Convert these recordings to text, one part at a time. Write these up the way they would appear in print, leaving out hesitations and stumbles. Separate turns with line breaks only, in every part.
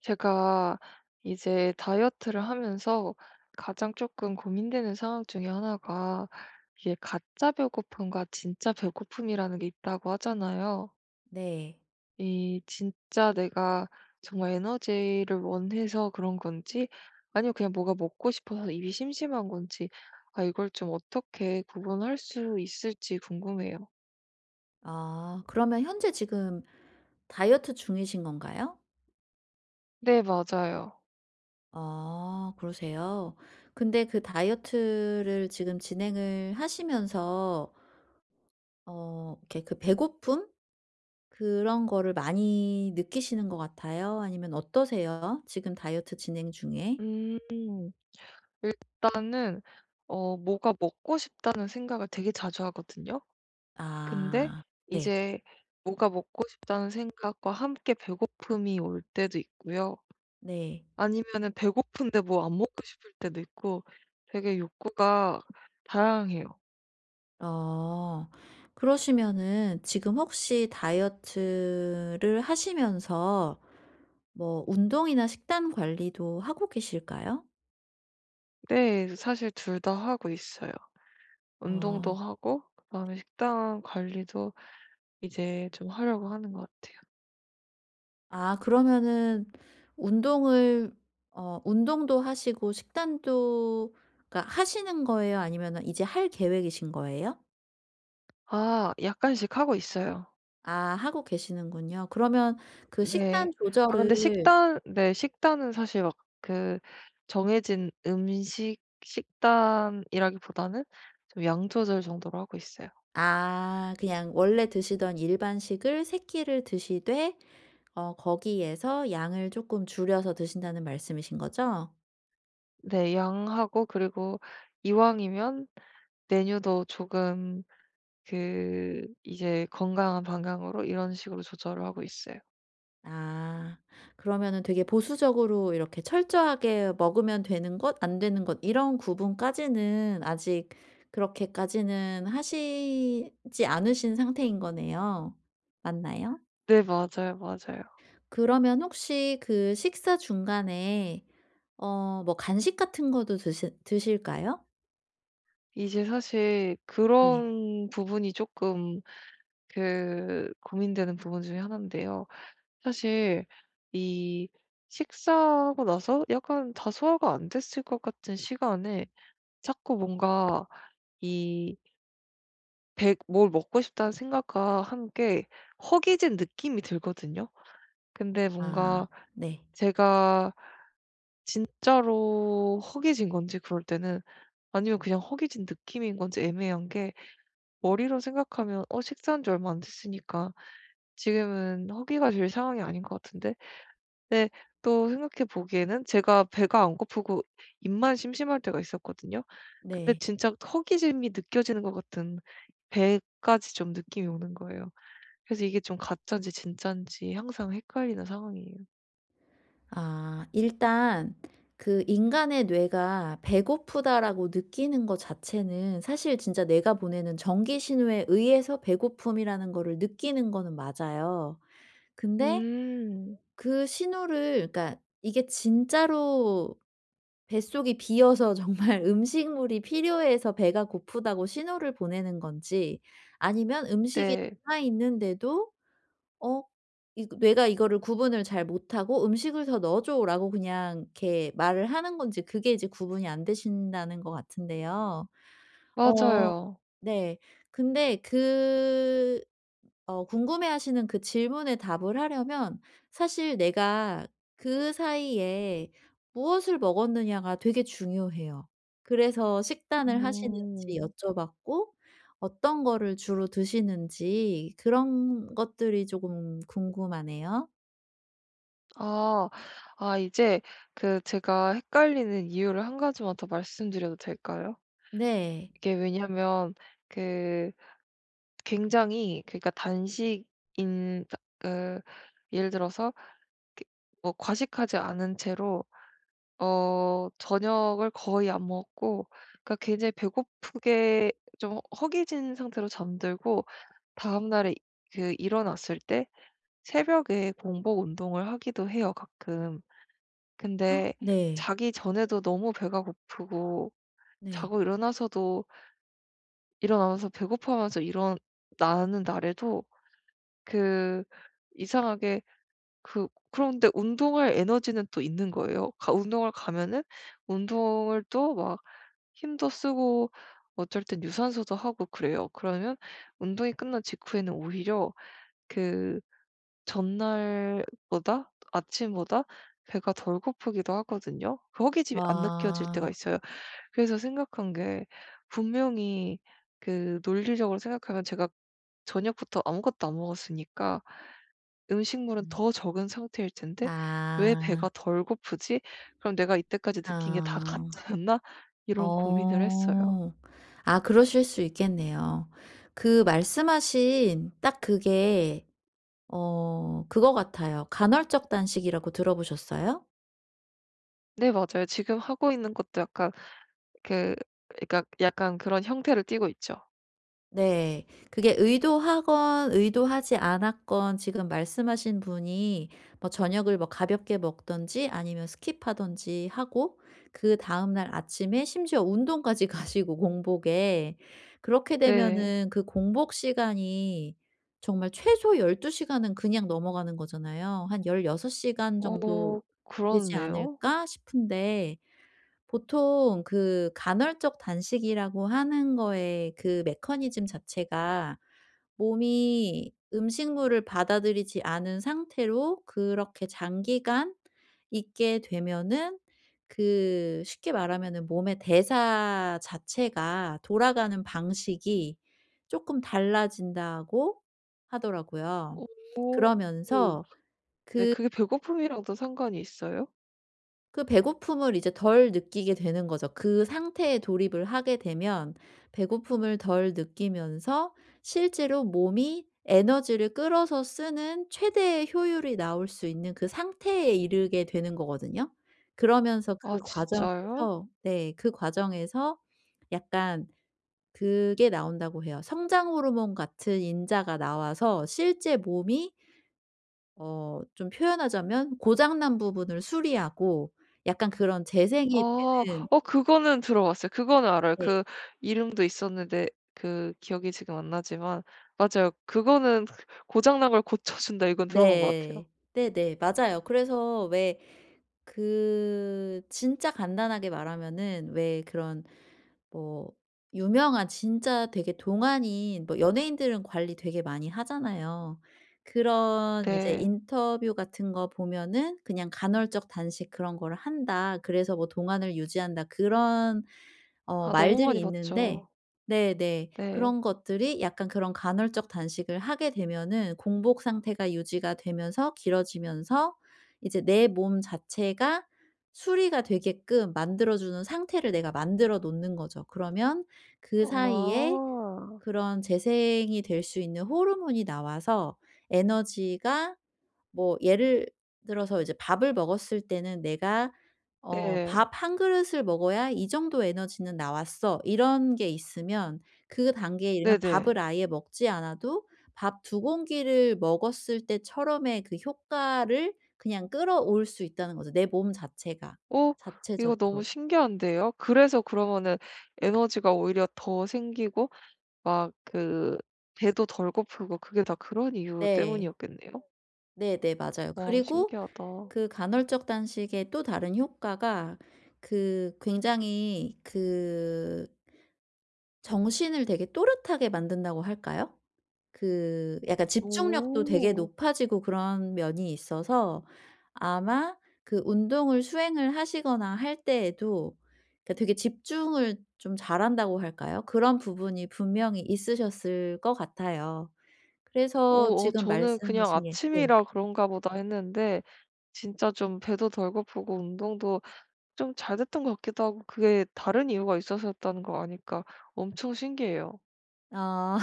제가 이제 다이어트를 하면서 가장 조금 고민되는 상황 중에 하나가 이게 가짜 배고픔과 진짜 배고픔이라는 게 있다고 하잖아요.
네.
이 진짜 내가 정말 에너지를 원해서 그런 건지 아니면 그냥 뭐가 먹고 싶어서 입이 심심한 건지 아 이걸 좀 어떻게 구분할 수 있을지 궁금해요.
아 그러면 현재 지금 다이어트 중이신 건가요?
네 맞아요.
아 그러세요. 근데 그 다이어트를 지금 진행을 하시면서 이렇게 그 배고픔 그런 거를 많이 느끼시는 것 같아요? 아니면 어떠세요? 지금 다이어트 진행 중에?
음. 일단은 뭐가 먹고 싶다는 생각을 되게 자주 하거든요. 근데
아 네.
이제 뭐가 먹고 싶다는 생각과 함께 배고픔이 올 때도 있고요.
네.
아니면은 배고픈데 뭐 안 먹고 싶을 때도 있고 되게 욕구가 다양해요.
어. 그러시면은 지금 혹시 다이어트를 하시면서 뭐 운동이나 식단 관리도 하고 계실까요?
네. 사실 둘 다 하고 있어요. 운동도
어.
하고 그다음에 식단 관리도 이제 좀 하려고 하는 것 같아요.
아 그러면은 운동을 어 운동도 하시고 식단도 그러니까 하시는 거예요? 아니면은 이제 할 계획이신 거예요?
아 약간씩 하고 있어요.
아 하고 계시는군요. 그러면 그 식단
네. 아 근데
조절을
식단 네 식단은 사실 막 그 정해진 음식 식단이라기보다는 좀 양 조절 정도로 하고 있어요.
아 그냥 원래 드시던 일반식을 3끼 끼를 드시되 거기에서 양을 조금 줄여서 드신다는 말씀이신 거죠?
네. 양하고 그리고 이왕이면 메뉴도 조금 그 이제 건강한 방향으로 이런 식으로 조절을 하고 있어요.
아. 그러면은 되게 보수적으로 이렇게 철저하게 먹으면 되는 것 안 되는 것 이런 구분까지는 아직 그렇게까지는 하시지 않으신 상태인 거네요. 맞나요?
네. 맞아요, 맞아요.
그러면 혹시 그 식사 중간에 뭐 간식 같은 것도 드시 드실까요?
이제 사실
네.
그런 부분이 쪼끔 그 고민되는 부분 중에 하나인데요. 사실 이 식사하고 나서 약간 다 소화가 안 됐을 것 같은 시간에 자꾸 뭔가 이 배 뭘 먹고 싶다는 생각과 함께 허기진 느낌이 들거든요. 근데
아
뭔가
네.
제가 진짜로 허기진 건지 그럴 때는 아니면 그냥 허기진 느낌인 건지 애매한 게 머리로 생각하면 '어 식사한 지 얼마 안 됐으니까 지금은 허기가 질 상황이 아닌 것 같은데?' 근데 또 생각해 보기에는 제가 배가 안 고프고 입만 심심할 때가 있었거든요. 근데
네.
진짜 허기짐이 느껴지는 것 같은 배까지 좀 느낌이 오는 거예요. 그래서 이게 좀 가짜인지 진짜인지 항상 헷갈리는 상황이에요.
아 일단 그 인간의 뇌가 배고프다라고 느끼는 것 자체는 사실 진짜 뇌가 보내는 전기 신호에 의해서 배고픔이라는 거를 느끼는 거는 맞아요. 근데
음.
그 신호를 그러니까 이게 진짜로 뱃속이 비어서 정말 음식물이 필요해서 배가 고프다고 신호를 보내는 건지 아니면 음식이
네.
남아 있는데도 어 이 뇌가 이거를 구분을 잘 못하고 "음식을 더 넣어 줘."라고 그냥 이렇게 말을 하는 건지 그게 이제 구분이 안 되신다는 것 같은데요. 어. 어
맞아요.
네. 근데 그 궁금해하시는 그 질문에 답을 하려면 사실 내가 그 사이에 무엇을 먹었느냐가 되게 중요해요. 그래서 식단을 하시는지
음.
여쭤봤고 어떤 거를 주로 드시는지 그런 것들이 조금 궁금하네요.
아. 아 이제 그 제가 헷갈리는 이유를 한 가지만 더 말씀드려도 될까요?
네.
이게 왜냐면 그 굉장히 그러니까 단식인 그 예를 들어서 이렇게 뭐 과식하지 않은 채로 저녁을 거의 안 먹고 그러니까 굉장히 배고프게 좀 허기진 상태로 잠들고 다음 날에 그 일어났을 때 새벽에 공복 운동을 하기도 해요, 가끔.
헉,
근데
네.
자기 전에도 너무 배가 고프고
네.
자고 일어나서도 일어나면서 배고파하면서 일어나는 날에도 그 이상하게 그런데 운동할 에너지는 또 있는 거예요. 가 운동을 가면은 운동을 또 막 힘도 쓰고 어쩔 땐 유산소도 하고 그래요. 그러면 운동이 끝난 직후에는 오히려 그 전날보다 아침보다 배가 덜 고프기도 하거든요. 그 허기짐이 안 느껴질 때가
아.
있어요. 그래서 생각한 게 분명히 그 논리적으로 생각하면 제가 저녁부터 아무것도 안 먹었으니까 음식물은
음.
더 적은 상태일 텐데 '왜
아.
배가 덜 고프지? 그럼 내가 이때까지 느낀 게 다
아.
가짜였나?' 이런 고민을 했어요.
어. 아 그러실 수 있겠네요. 그 말씀하신 딱 그게 그거 같아요. 간헐적 단식이라고 들어보셨어요?
네 맞아요. 지금 하고 있는 것도 약간 그 그러니까 약간 그런 형태를 띠고 있죠.
네. 그게 의도하건 의도하지 않았건 지금 말씀하신 분이 뭐 저녁을 뭐 가볍게 먹든지 아니면 스킵하든지 하고 그다음 날 아침에 심지어 운동까지 가시고 공복에 그렇게
네.
되면은 그 공복 시간이 정말 최소 열두 시간은 그냥 넘어가는 거잖아요. 한 16시간
어
정도 되지
그렇네요.
않을까 싶은데 보통 그 간헐적 단식이라고 하는 거에 그 메커니즘 자체가 몸이 음식물을 받아들이지 않은 상태로 그렇게 장기간 있게 되면은 그 쉽게 말하면은 몸의 대사 자체가 돌아가는 방식이 조금 달라진다고 하더라고요.
오.
그러면서
네
그
그게 배고픔이랑도 상관이 있어요?
그 배고픔을 이제 덜 느끼게 되는 거죠. 그 상태에 돌입을 하게 되면 배고픔을 덜 느끼면서 실제로 몸이 에너지를 끌어서 쓰는 최대의 효율이 나올 수 있는 그 상태에 이르게 되는 거거든요. 그러면서 그
아 진짜요?
과정에서 네 그 과정에서 약간 그게 나온다고 해요. 성장 호르몬 같은 인자가 나와서 실제 몸이 좀 표현하자면 고장 난 부분을 수리하고 약간 그런 재생이
아.
되는
그거는 들어봤어요. 그거는 알아요.
네.
그 이름도 있었는데 그 기억이 지금 안 나지만 맞아요. 그거는 고장 난 걸 고쳐 준다 이건 들어본 것 같아요.
네. 네네. 맞아요. 그래서 왜 그 진짜 간단하게 말하면은 왜 그런 뭐 유명한 진짜 되게 동안인 뭐 연예인들은 관리 되게 많이 하잖아요. 그런 이제
네.
인터뷰 같은 거 보면은 그냥 간헐적 단식 그런 거를 한다. 그래서 뭐 동안을 유지한다. 그런
아 너무
말들이
많이
있는데
봤죠.
네네.
네.
그런 것들이 약간 그런 간헐적 단식을 하게 되면은 공복 상태가 유지가 되면서 길어지면서 이제 내 몸 자체가 수리가 되게끔 만들어 주는 상태를 내가 만들어 놓는 거죠. 그러면 그 사이에
아.
그런 재생이 될 수 있는 호르몬이 나와서 에너지가 뭐 예를 들어서 이제 밥을 먹었을 때는 '내가
네.
밥 한 그릇을 먹어야 이 정도 에너지는 나왔어.' 이런 게 있으면 그 단계에 이르면
네네.
밥을 아예 먹지 않아도 밥 두 공기를 먹었을 때처럼의 그 효과를 그냥 끌어올 수 있다는 거죠, 내 몸 자체가
어 이거 너무
자체적으로.
신기한데요. 그래서 그러면은 에너지가 오히려 더 생기고 막 그 배도 덜 고프고 그게 다 그런 이유
네.
때문이었겠네요.
네네. 맞아요.
와
그리고
신기하다.
그 간헐적 단식의 또 다른 효과가 그 굉장히 그 정신을 되게 또렷하게 만든다고 할까요? 그 약간 집중력도 되게
오.
높아지고 그런 면이 있어서 아마 그 운동을 수행을 하시거나 할 때에도 그러니까 되게 집중을 좀 잘한다고 할까요? 그런 부분이 분명히 있으셨을 것 같아요.
어
그래서 지금
저는 그냥
말씀하신 게 네.
'아침이라 그런가 보다.' 했는데 진짜 좀 배도 덜 고프고 운동도 좀 잘 됐던 것 같기도 하고 그게 다른 이유가 있어서였다는 거 아니까 엄청 신기해요.
아.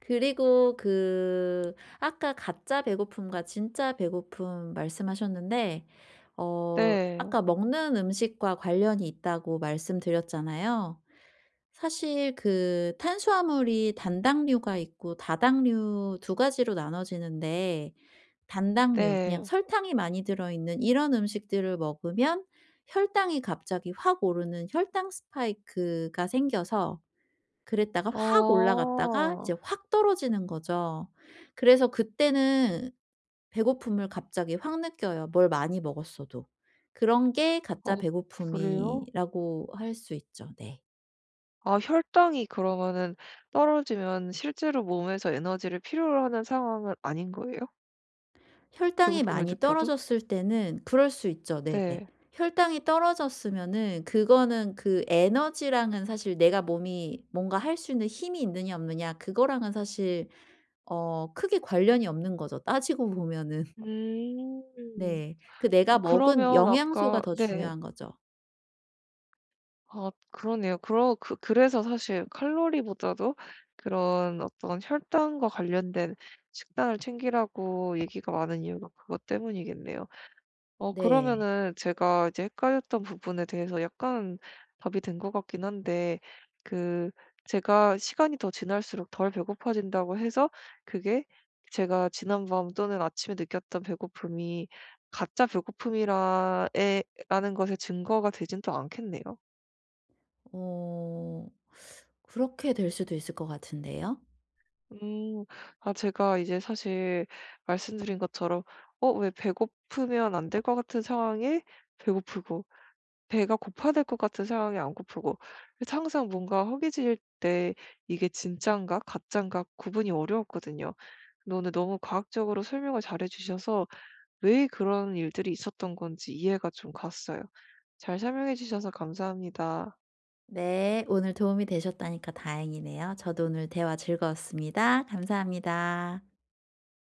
그리고 그 아까 가짜 배고픔과 진짜 배고픔 말씀하셨는데
네.
아까 먹는 음식과 관련이 있다고 말씀드렸잖아요. 사실 그 탄수화물이 단당류가 있고 다당류 두 가지로 나눠지는데 단당류 그냥
네.
설탕이 많이 들어있는 이런 음식들을 먹으면 혈당이 갑자기 확 오르는 혈당 스파이크가 생겨서 그랬다가 확
어.
올라갔다가 이제 확 떨어지는 거죠. 그래서 그때는 배고픔을 갑자기 확 느껴요, 뭘 많이 먹었어도. 그런 게
어
가짜
그래요?
배고픔이라고 할 수 있죠. 네.
아 혈당이 그러면은 떨어지면 실제로 몸에서 에너지를 필요로 하는 상황은 아닌 거예요?
혈당이
배고픔을
많이
느껴도?
떨어졌을 때는 그럴 수 있죠. 네네.
네.
혈당이 떨어졌으면은 그거는 그 에너지랑은 사실 내가 몸이 뭔가 할 수 있는 힘이 있느냐 없느냐 그거랑은 사실 크게 관련이 없는 거죠, 따지고 보면은.
음.
네. 그 내가 먹은
그러면
영양소가
아까
더
네.
중요한 거죠.
아 그러네요. 그러 그 그래서 사실 칼로리보다도 그런 어떤 혈당과 관련된 식단을 챙기라고 얘기가 많은 이유가 그것 때문이겠네요.
네.
그러면은 제가 이제 헷갈렸던 부분에 대해서 약간 답이 된 것 같긴 한데 그 제가 시간이 더 지날수록 덜 배고파진다고 해서 그게 제가 지난밤 또는 아침에 느꼈던 배고픔이 가짜 배고픔이라 라는 것의 증거가 되진 또 않겠네요.
어 그렇게 될 수도 있을 것 같은데요.
음. 아 제가 이제 사실 말씀드린 것처럼 왜 배고프면 안 될 것 같은 상황에 배고프고 배가 고파야 될 것 같은 상황에 안 고프고 그래서 항상 뭔가 허기질 때 이게 진짠가 가짠가 구분이 어려웠거든요. 근데 오늘 너무 과학적으로 설명을 잘해 주셔서 왜 그런 일들이 있었던 건지 이해가 좀 갔어요. 잘 설명해 주셔서 감사합니다.
네. 오늘 도움이 되셨다니까 다행이네요. 저도 오늘 대화 즐거웠습니다. 감사합니다.